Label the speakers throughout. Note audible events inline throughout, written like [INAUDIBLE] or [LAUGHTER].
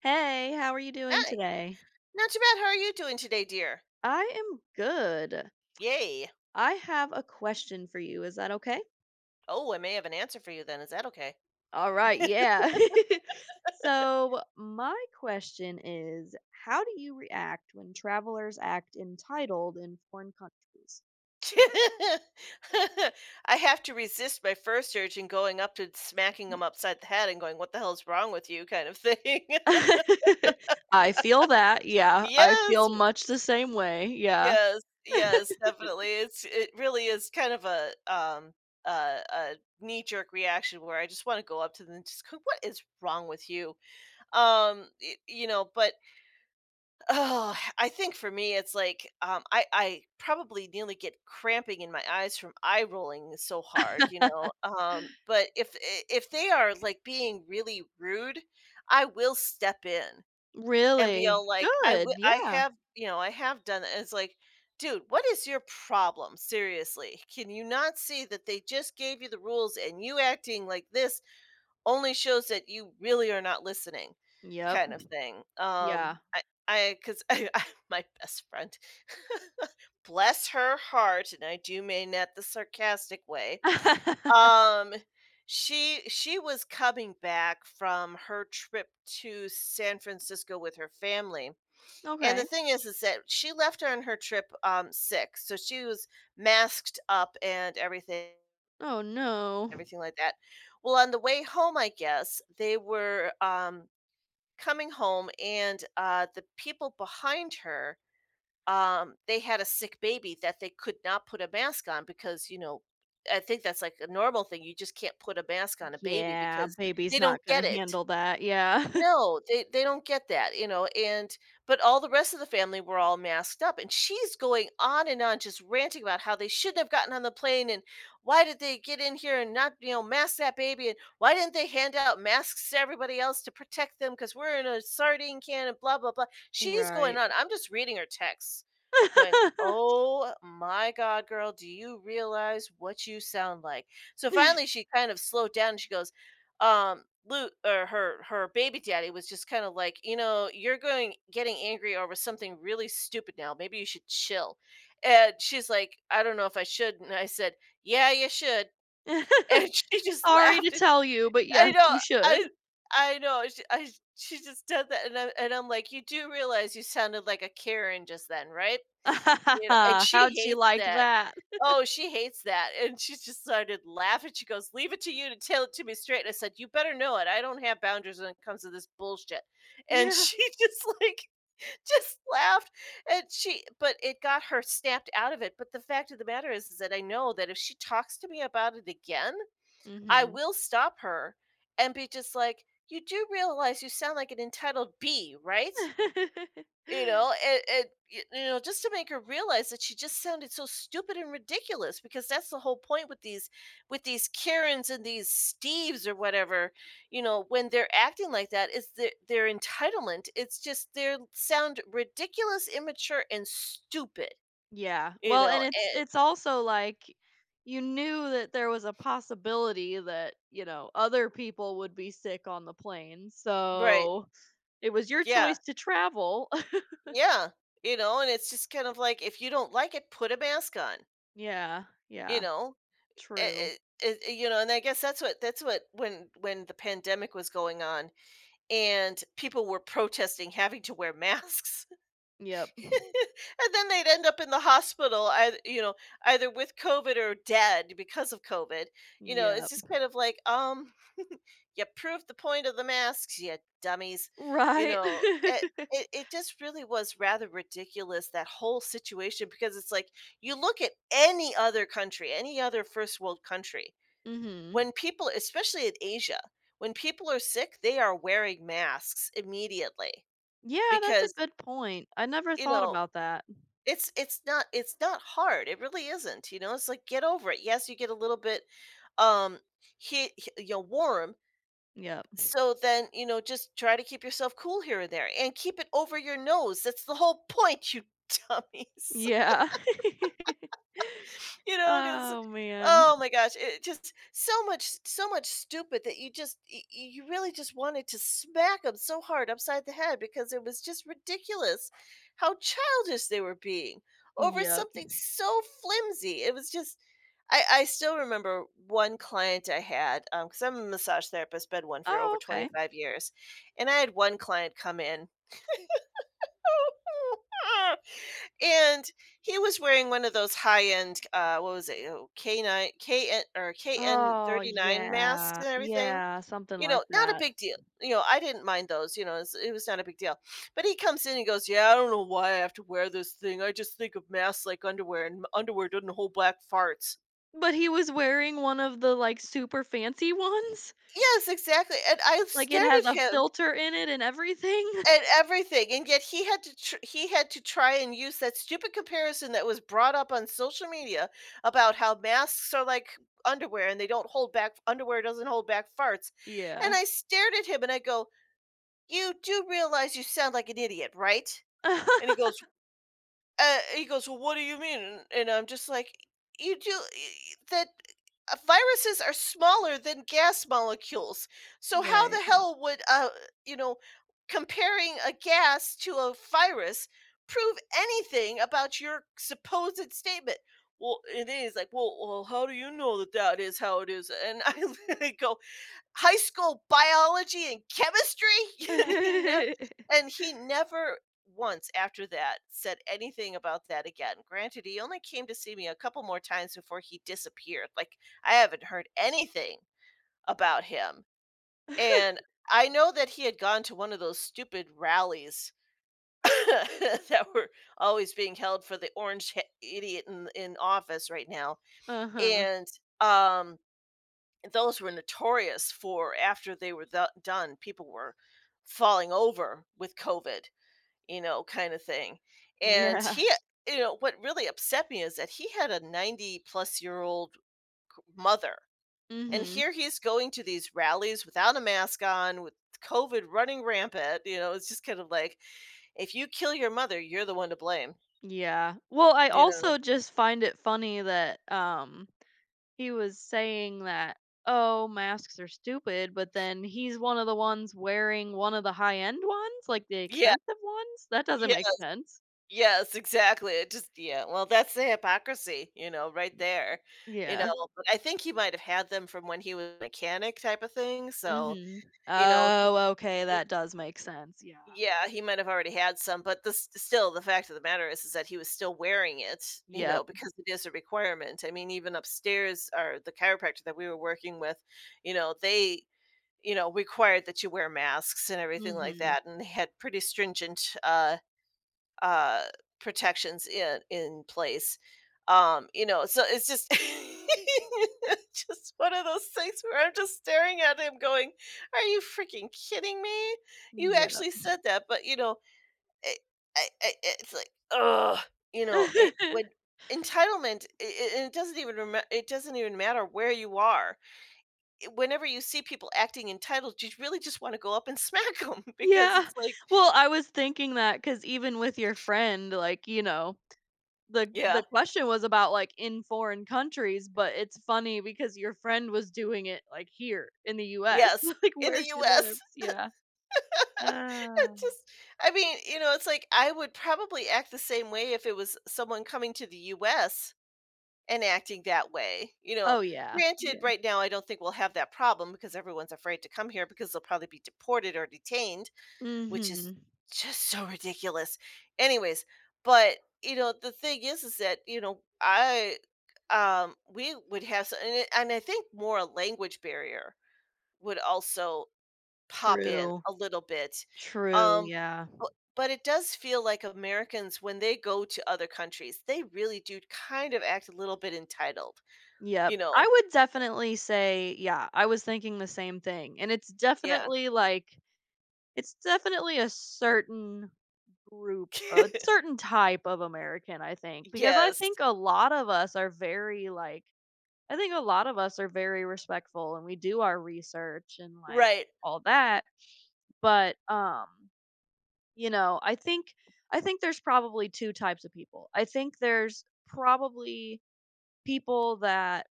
Speaker 1: Hey, how are you doing
Speaker 2: Hi.
Speaker 1: today?
Speaker 2: Not too bad. How are you doing today, dear?
Speaker 1: I am good.
Speaker 2: Yay.
Speaker 1: I have a question for you. Is that okay?
Speaker 2: Oh, I may have an answer for you then. Is that okay?
Speaker 1: All right, yeah. [LAUGHS] So, my question is, how do you react when travelers act entitled in foreign countries?
Speaker 2: [LAUGHS] I have to resist my first urge in going up to smacking him upside the head and going, what the hell's wrong with you, kind of thing. [LAUGHS]
Speaker 1: [LAUGHS] I feel that. Yeah, I
Speaker 2: Yes,
Speaker 1: feel much the same way. Yeah.
Speaker 2: yes, yes, definitely. It really is kind of a a knee jerk reaction where I just want to go up to them and just go, what is wrong with you? But oh, I think for me, it's like, I probably nearly get cramping in my eyes from eye rolling so hard,
Speaker 1: [LAUGHS]
Speaker 2: But if they are, like, being really rude, I will step in and be
Speaker 1: Really?
Speaker 2: all like,
Speaker 1: Good.
Speaker 2: I
Speaker 1: Yeah.
Speaker 2: have, you know, I have done that, it's like, "Dude, what is your problem? Seriously, can you not see that they just gave you the rules, and you acting like this only shows that you really are not listening,"
Speaker 1: Yep.
Speaker 2: kind of thing.
Speaker 1: Yeah.
Speaker 2: I 'cause [LAUGHS] I my best friend, bless her heart, and I do mean that the sarcastic way,
Speaker 1: [LAUGHS]
Speaker 2: um, she was coming back from her trip to San Francisco with her family, and the
Speaker 1: Okay.
Speaker 2: thing is that she left on her trip, sick, so she was masked up and everything,
Speaker 1: Oh no.
Speaker 2: everything like that. Well, on the way home, I guess, they were, coming home, and the people behind her, they had a sick baby that they could not put a mask on because, you know, I think that's like a normal thing. You just can't put a mask on a baby
Speaker 1: Yeah,
Speaker 2: because they
Speaker 1: baby's
Speaker 2: don't
Speaker 1: not gonna
Speaker 2: get it.
Speaker 1: handle that, yeah. [LAUGHS]
Speaker 2: No, they don't get that, you know. And but all the rest of the family were all masked up, and she's going on and on, just ranting about how they shouldn't have gotten on the plane, and why did they get in here and not, you know, mask that baby, and why didn't they hand out masks to everybody else to protect them, because we're in a sardine can, and blah blah blah. She's going
Speaker 1: Right.
Speaker 2: on. I'm just reading her texts, going,
Speaker 1: [LAUGHS]
Speaker 2: oh my god, girl, do you realize what you sound like? So finally she kind of slowed down, and she goes, Luke, or her baby daddy, was just kind of like, you know, you're going getting angry over something really stupid now. Maybe you should chill. And she's like, I don't know if I should. And I said, yeah, you should. And [LAUGHS] she just
Speaker 1: "Sorry to
Speaker 2: laughed. And
Speaker 1: tell you, but
Speaker 2: I
Speaker 1: yes,
Speaker 2: know,
Speaker 1: you should."
Speaker 2: I I know. She, I, she just did that, and I, and I'm like, you do realize you sounded like a Karen just then, right? You know, and
Speaker 1: [LAUGHS]
Speaker 2: she
Speaker 1: "How'd she
Speaker 2: hates
Speaker 1: like
Speaker 2: that.
Speaker 1: that?"
Speaker 2: Oh, she hates that, and she just started laughing. She goes, "Leave it to you to tell it to me straight." And I said, "You better know it. I don't have boundaries when it comes to this bullshit." And
Speaker 1: Yeah.
Speaker 2: she [LAUGHS] just, like, just laughed, and she, but it got her snapped out of it. But the fact of the matter is that I know that if she talks to me about it again, I
Speaker 1: Mhm.
Speaker 2: will stop her and be just like, "You do realize you sound like an entitled bee, right?"
Speaker 1: [LAUGHS]
Speaker 2: You know, and, y you know, just to make her realize that she just sounded so stupid and ridiculous, because that's the whole point with these, with these Karens and these Steves or whatever, you know, when they're acting like that, it's their entitlement. It's just they're sound ridiculous, immature, and stupid,
Speaker 1: Yeah,
Speaker 2: you
Speaker 1: well,
Speaker 2: know.
Speaker 1: and it's
Speaker 2: And
Speaker 1: it's also like you knew that there was a possibility that, you know, other people would be sick on the plane,
Speaker 2: right.
Speaker 1: so it was your
Speaker 2: Yeah.
Speaker 1: choice to travel. [LAUGHS]
Speaker 2: Yeah. You know, and it's just kind of like, if you don't like it, put a mask on,
Speaker 1: Yeah,
Speaker 2: you
Speaker 1: yeah,
Speaker 2: know? Eh
Speaker 1: true.
Speaker 2: you know, and I guess that's what when the pandemic was going on, and people were protesting having to wear masks. [LAUGHS]
Speaker 1: Yep.
Speaker 2: And then they'd end up in the hospital, either, you know, either with COVID or dead because of COVID. You know, it's
Speaker 1: Yep.
Speaker 2: just kind of like, you proved the point of the masks, you dummies. You
Speaker 1: Right.
Speaker 2: know, it, it,
Speaker 1: [LAUGHS]
Speaker 2: it just really was rather ridiculous, that whole situation, because it's like you look at any other country, any other first world country.
Speaker 1: Mhm.
Speaker 2: When people, especially in Asia, when people are sick, they are wearing masks immediately,
Speaker 1: Yeah, that's a
Speaker 2: because,
Speaker 1: good point. I never
Speaker 2: you
Speaker 1: thought
Speaker 2: know,
Speaker 1: about that.
Speaker 2: it's it's not hard. It really isn't, you know. It's like, get over it. Yes, you get a little bit um he, you know, warm,
Speaker 1: Yep.
Speaker 2: so then, you know, just try to keep yourself cool here and there, and keep it over your nose. That's the whole point, you [LAUGHS] dummies.
Speaker 1: Yeah. [LAUGHS]
Speaker 2: You know, cause
Speaker 1: Oh, man.
Speaker 2: oh my gosh, it just, so much stupid, that you just y y you really just wanted to smack them so hard upside the head, because it was just ridiculous how childish they were being over
Speaker 1: Yep.
Speaker 2: something so flimsy. It was just, I still remember one client I had, because 'cause I'm a massage therapist, been one for over
Speaker 1: Oh, okay.
Speaker 2: 25 years, and I had one client come in [LAUGHS] and he was wearing one of those high end what was it, oh, k9 kn or
Speaker 1: Oh,
Speaker 2: kn39 masks
Speaker 1: yeah.
Speaker 2: and everything,
Speaker 1: Yeah, something
Speaker 2: you
Speaker 1: like
Speaker 2: know, not a
Speaker 1: that.
Speaker 2: big deal. You know, I didn't mind those. You know, it's, it was not a big deal. But he comes in and goes, yeah, I don't know why I have to wear this thing. I just think of masks like underwear, and underwear doesn't hold black farts.
Speaker 1: But he was wearing one of the, like, super fancy ones?
Speaker 2: Yes, exactly. And I
Speaker 1: Like, it
Speaker 2: stared
Speaker 1: has
Speaker 2: at
Speaker 1: a
Speaker 2: him
Speaker 1: filter in it and everything?
Speaker 2: and
Speaker 1: [LAUGHS]
Speaker 2: everything, and yet he had to he had to try and use that stupid comparison that was brought up on social media about how masks are like underwear, and they don't hold back, underwear doesn't hold back farts. And
Speaker 1: Yeah.
Speaker 2: I stared at him, and I go, you do realize you sound like an idiot, right? And he goes,
Speaker 1: [LAUGHS]
Speaker 2: he goes, "Well, what do you mean?" And I'm just like, "You do that. Viruses are smaller than gas molecules, so how the
Speaker 1: Right.
Speaker 2: hell would, you know, comparing a gas to a virus prove anything about your supposed statement?" Well, it is like, well, well, how do you know that that is how it is? And I [LAUGHS] go, high school biology and chemistry. [LAUGHS] and he ne-
Speaker 1: [LAUGHS]
Speaker 2: and he never once after that said anything about that again. Granted, he only came to see me a couple more times before he disappeared. Like, I haven't heard anything about him. And I know that he had gone to one of those stupid rallies [LAUGHS] that were always being held for the orange idiot in office right now.
Speaker 1: Uh-huh.
Speaker 2: And um those were notorious for after they were done, people were falling over with COVID, you know, kind of thing. And
Speaker 1: Yeah.
Speaker 2: he, you know, what really upset me is that he had a 90 plus year old mother. And
Speaker 1: Mhm.
Speaker 2: here he's going to these rallies without a mask on, with COVID running rampant. You know, it's just kind of like, if you kill your mother, you're the one to blame,
Speaker 1: Yeah. Well, I
Speaker 2: you know?
Speaker 1: also just find it funny that he was saying that, oh, masks are stupid, but then he's one of the ones wearing one of the high end ones, like the
Speaker 2: Yeah.
Speaker 1: expensive ones. That doesn't
Speaker 2: Yeah.
Speaker 1: make sense.
Speaker 2: Yes, exactly. It just, yeah. Well, that's the hypocrisy, you know, right there. You know,
Speaker 1: Yeah.
Speaker 2: but I think he might have had them from when he was a mechanic type of thing. So,
Speaker 1: Mhm.
Speaker 2: you know,
Speaker 1: Oh, okay, that does make sense. Yeah.
Speaker 2: yeah, he might have already had some, but this still, the fact of the matter is that he was still wearing it, you know,
Speaker 1: Yep.
Speaker 2: because it is a requirement. I mean, even upstairs or the chiropractor that we were working with, you know, they, you know, required that you wear masks and everything like
Speaker 1: Mhm.
Speaker 2: that, and they had pretty stringent uh, protections in place. You know, so it's just [LAUGHS] it's just one of those things where I'm just staring at him going, "Are you freaking kidding me? You
Speaker 1: Yep.
Speaker 2: actually said that." But, you know, it, I, it's like, ugh, you know, it
Speaker 1: [LAUGHS]
Speaker 2: would, entitlement, and it doesn't even it doesn't even matter where you are. Whenever you see people acting entitled, you really just want to go up and smack them [LAUGHS] because
Speaker 1: Yeah.
Speaker 2: it's like,
Speaker 1: Well, I was thinking that cuz even with your friend, like, you know, the
Speaker 2: yeah,
Speaker 1: the question was about, like, in foreign countries, but it's funny because your friend was doing it, like, here in the US,
Speaker 2: yes,
Speaker 1: [LAUGHS] like,
Speaker 2: in the
Speaker 1: where she
Speaker 2: US.
Speaker 1: lives, yeah.
Speaker 2: [LAUGHS] It
Speaker 1: Oh.
Speaker 2: just, I mean, you know, it's like I would probably act the same way if it was someone coming to the US and acting that way. You know,
Speaker 1: Oh, yeah,
Speaker 2: granted,
Speaker 1: yeah.
Speaker 2: right now I don't think we'll have that problem, because everyone's afraid to come here because they'll probably be deported or detained, which is
Speaker 1: Mhm.
Speaker 2: just so ridiculous. Anyways, but you know, the thing is that, you know, I we would have s- and, it- and I think more a language barrier would also pop in
Speaker 1: True.
Speaker 2: a little bit.
Speaker 1: True,
Speaker 2: Um,
Speaker 1: yeah.
Speaker 2: bu but it does feel like Americans, when they go to other countries, they really do kind of act a little bit entitled, you
Speaker 1: Yep. I
Speaker 2: know?
Speaker 1: would definitely say, yeah, I was thinking the same thing, and it's
Speaker 2: Yeah.
Speaker 1: definitely, like, it's definitely a certain group, a
Speaker 2: [LAUGHS]
Speaker 1: certain type of American, I think, because I
Speaker 2: Yes.
Speaker 1: think a lot of us are very, like, I think a lot of us are very respectful and we do our research and like
Speaker 2: Right,
Speaker 1: all that, but you know, I think there's probably two types of people. I think there's probably people that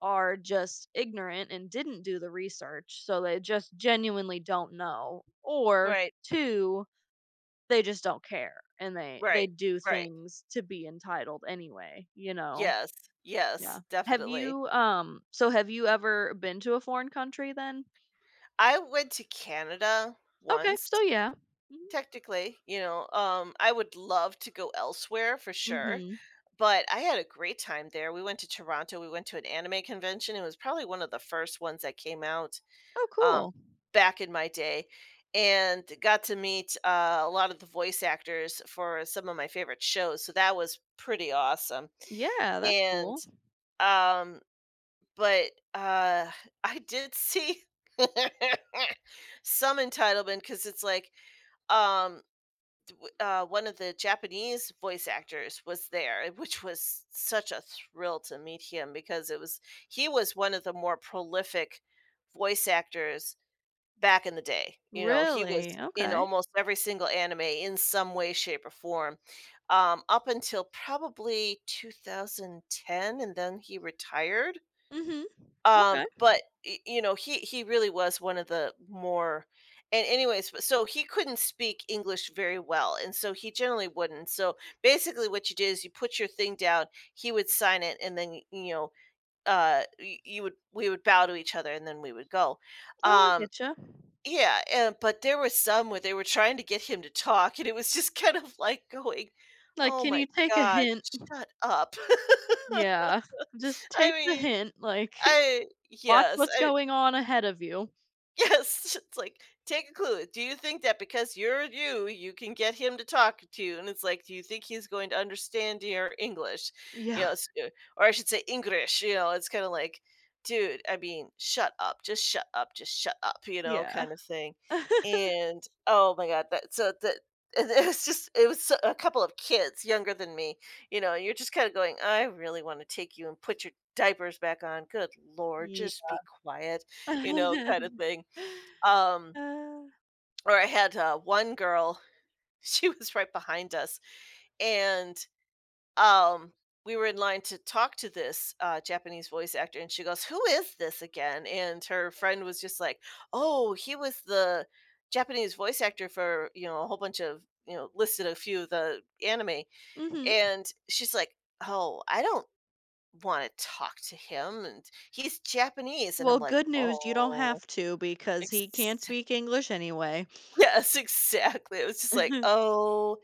Speaker 1: are just ignorant and didn't do the research, so they just genuinely don't know, or
Speaker 2: right,
Speaker 1: two, they just don't care and they
Speaker 2: right,
Speaker 1: do
Speaker 2: right.
Speaker 1: things to be entitled anyway, you know.
Speaker 2: Yes,
Speaker 1: Yeah.
Speaker 2: yes,
Speaker 1: Have
Speaker 2: definitely.
Speaker 1: you, so have you ever been to a foreign country then?
Speaker 2: I went to Canada
Speaker 1: Okay, so
Speaker 2: once,
Speaker 1: yeah. Mhm.
Speaker 2: technically, I would love to go elsewhere for sure.
Speaker 1: Mhm.
Speaker 2: But I had a great time there. We went to Toronto, we went to an anime convention. It was probably one of the first ones that came out,
Speaker 1: Oh,
Speaker 2: um,
Speaker 1: cool.
Speaker 2: back in my day, and got to meet, a lot of the voice actors for some of my favorite shows, so that was pretty awesome,
Speaker 1: Yeah, that's
Speaker 2: and,
Speaker 1: cool.
Speaker 2: um, but, uh, [LAUGHS] I did see [LAUGHS] some entitlement because it's like, um, one of the Japanese voice actors was there, eh, which was such a thrill to meet him because it was he was one of the more prolific voice actors back in the day. You know, he was
Speaker 1: Really?
Speaker 2: in
Speaker 1: Okay.
Speaker 2: almost every single anime in some way, shape, or form, up until probably 2010, and then he retired.
Speaker 1: Mhm. Okay.
Speaker 2: You know, he really was one of the more, and anyways, but so he couldn't speak English very well, and so he generally wouldn't. So basically what you did is you put your thing down, he would sign it, and then, you know, you would, we would bow to each other and then we would go.
Speaker 1: Oh, I
Speaker 2: um
Speaker 1: get you.
Speaker 2: yeah, but there were some where they were trying to get him to talk, and it was just [LAUGHS] kind of like going,
Speaker 1: Like,
Speaker 2: "Oh
Speaker 1: can
Speaker 2: my
Speaker 1: you take a
Speaker 2: god,
Speaker 1: hint?
Speaker 2: shut up." [LAUGHS]
Speaker 1: Yeah. Just
Speaker 2: i
Speaker 1: take the
Speaker 2: mean
Speaker 1: hint, like, [LAUGHS]
Speaker 2: i
Speaker 1: watch
Speaker 2: yes
Speaker 1: what's
Speaker 2: I.
Speaker 1: going on ahead of you.
Speaker 2: Yes, [LAUGHS] it's like, "Take a clue. Do you think that because you're you, you can get him to talk to you?" And it's like, "Do you think he's going to understand your English?" You
Speaker 1: Yeah.
Speaker 2: know, s or I should say English, you know, it's kinda like, "Dude, I mean, shut up. Just shut up. Just shut up," you know,
Speaker 1: Yeah.
Speaker 2: kind of thing.
Speaker 1: [LAUGHS]
Speaker 2: And oh my god, that, [LAUGHS] and it was so, a couple of kids younger than me, you know, and you're just kinda going, "I really wanna take you and put your diapers back on. Good lord,
Speaker 1: Yeah.
Speaker 2: just be quiet," you know, kind of
Speaker 1: [LAUGHS]
Speaker 2: thing. um
Speaker 1: Uh,
Speaker 2: or I had, one girl, [LAUGHS] she was right behind us, and um we were in line to talk to this, Japanese voice actor, and she goes, "Who is this again?" And her friend was just like, "Oh, he was the Japanese voice actor for," you know, a whole bunch of, you know, listed a few of the anime,
Speaker 1: mhm.
Speaker 2: and she's like, "Oh, I don't want to talk to him, and he's Japanese," and I'm
Speaker 1: Well,
Speaker 2: like,
Speaker 1: good news, you don't
Speaker 2: "Oh."
Speaker 1: have to because he can't speak English anyway.
Speaker 2: [LAUGHS] Yes, exactly. It was just like,
Speaker 1: [LAUGHS]
Speaker 2: "Oh,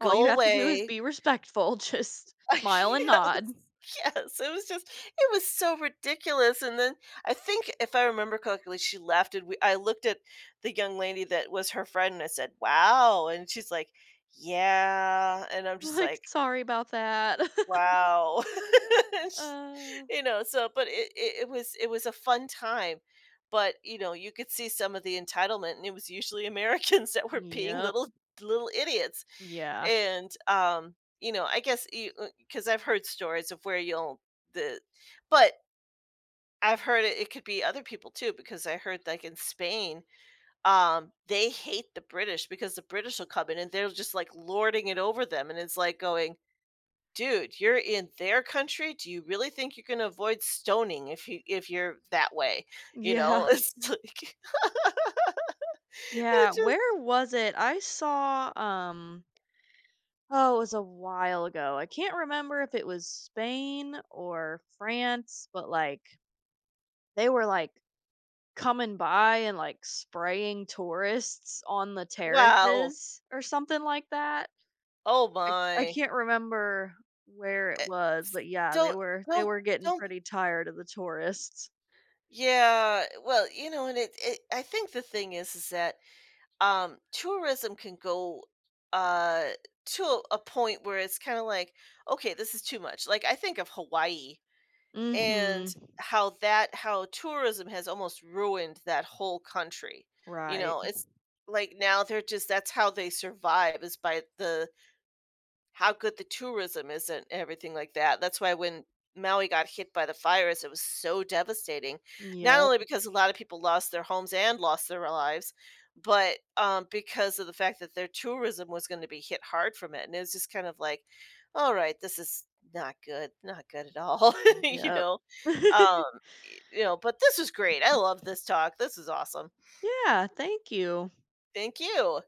Speaker 1: All you
Speaker 2: go
Speaker 1: have to do is
Speaker 2: away."
Speaker 1: be respectful, [LAUGHS] just smile and
Speaker 2: [LAUGHS] Yes,
Speaker 1: nod. [LAUGHS]
Speaker 2: yes, it was so ridiculous. And then I think if I remember correctly, she left, and we I looked at the young lady that was her friend, and I said, "Wow," and she's like, "Yeah," and I'm just
Speaker 1: Like,
Speaker 2: like,
Speaker 1: "Sorry about that." [LAUGHS]
Speaker 2: "Wow." [LAUGHS]
Speaker 1: Uh,
Speaker 2: You know, so but it was a fun time, but, you know, you could see some of the entitlement, and it was usually Americans [LAUGHS] that were being
Speaker 1: yep.
Speaker 2: little idiots.
Speaker 1: Yeah.
Speaker 2: And, you know, I guess you 'cause I've heard stories of where you'll the but I've heard it could be other people too, because I heard, like, in Spain, they hate the British because the British will come in and they're just, like, lording it over them, and it's like going, "Dude, you're in their country. Do you really think you can avoid stoning if you if you're that way?" You know,
Speaker 1: Yeah.
Speaker 2: [LAUGHS] it's like
Speaker 1: Yeah,
Speaker 2: it's just
Speaker 1: where was it? I saw, oh, it was a while ago. I can't remember if it was Spain or France, but, like, they were, like, coming by and, like, spraying tourists on the
Speaker 2: wow.
Speaker 1: terraces or something like that.
Speaker 2: Oh
Speaker 1: I
Speaker 2: my.
Speaker 1: can't remember where it
Speaker 2: Eh,
Speaker 1: was,
Speaker 2: s
Speaker 1: but yeah, they
Speaker 2: don't
Speaker 1: were they
Speaker 2: don't
Speaker 1: were getting
Speaker 2: don't
Speaker 1: pretty tired of the tourists.
Speaker 2: Yeah, well, you know, and it I think the thing is that, tourism can go, uh, to a point where it's kinda like, "Okay, this is too much." Like, I think of Hawaii and
Speaker 1: Mhm.
Speaker 2: how tourism has almost ruined that whole country. You
Speaker 1: Right.
Speaker 2: know, it's like now they're just that's how they survive, is by the how good the tourism is and everything like that. That's why when Maui got hit by the fires, it was so devastating. Not
Speaker 1: Yep,
Speaker 2: only because a lot of people lost their homes and lost their lives, but because of the fact that their tourism was going to be hit hard from it. And it was just kind of like, "All right, this is not good, not good at all," [LAUGHS] you
Speaker 1: yep.
Speaker 2: know.
Speaker 1: [LAUGHS]
Speaker 2: Um, you know, but this was great. I love this talk. This is awesome.
Speaker 1: Yeah, thank you.
Speaker 2: Thank you.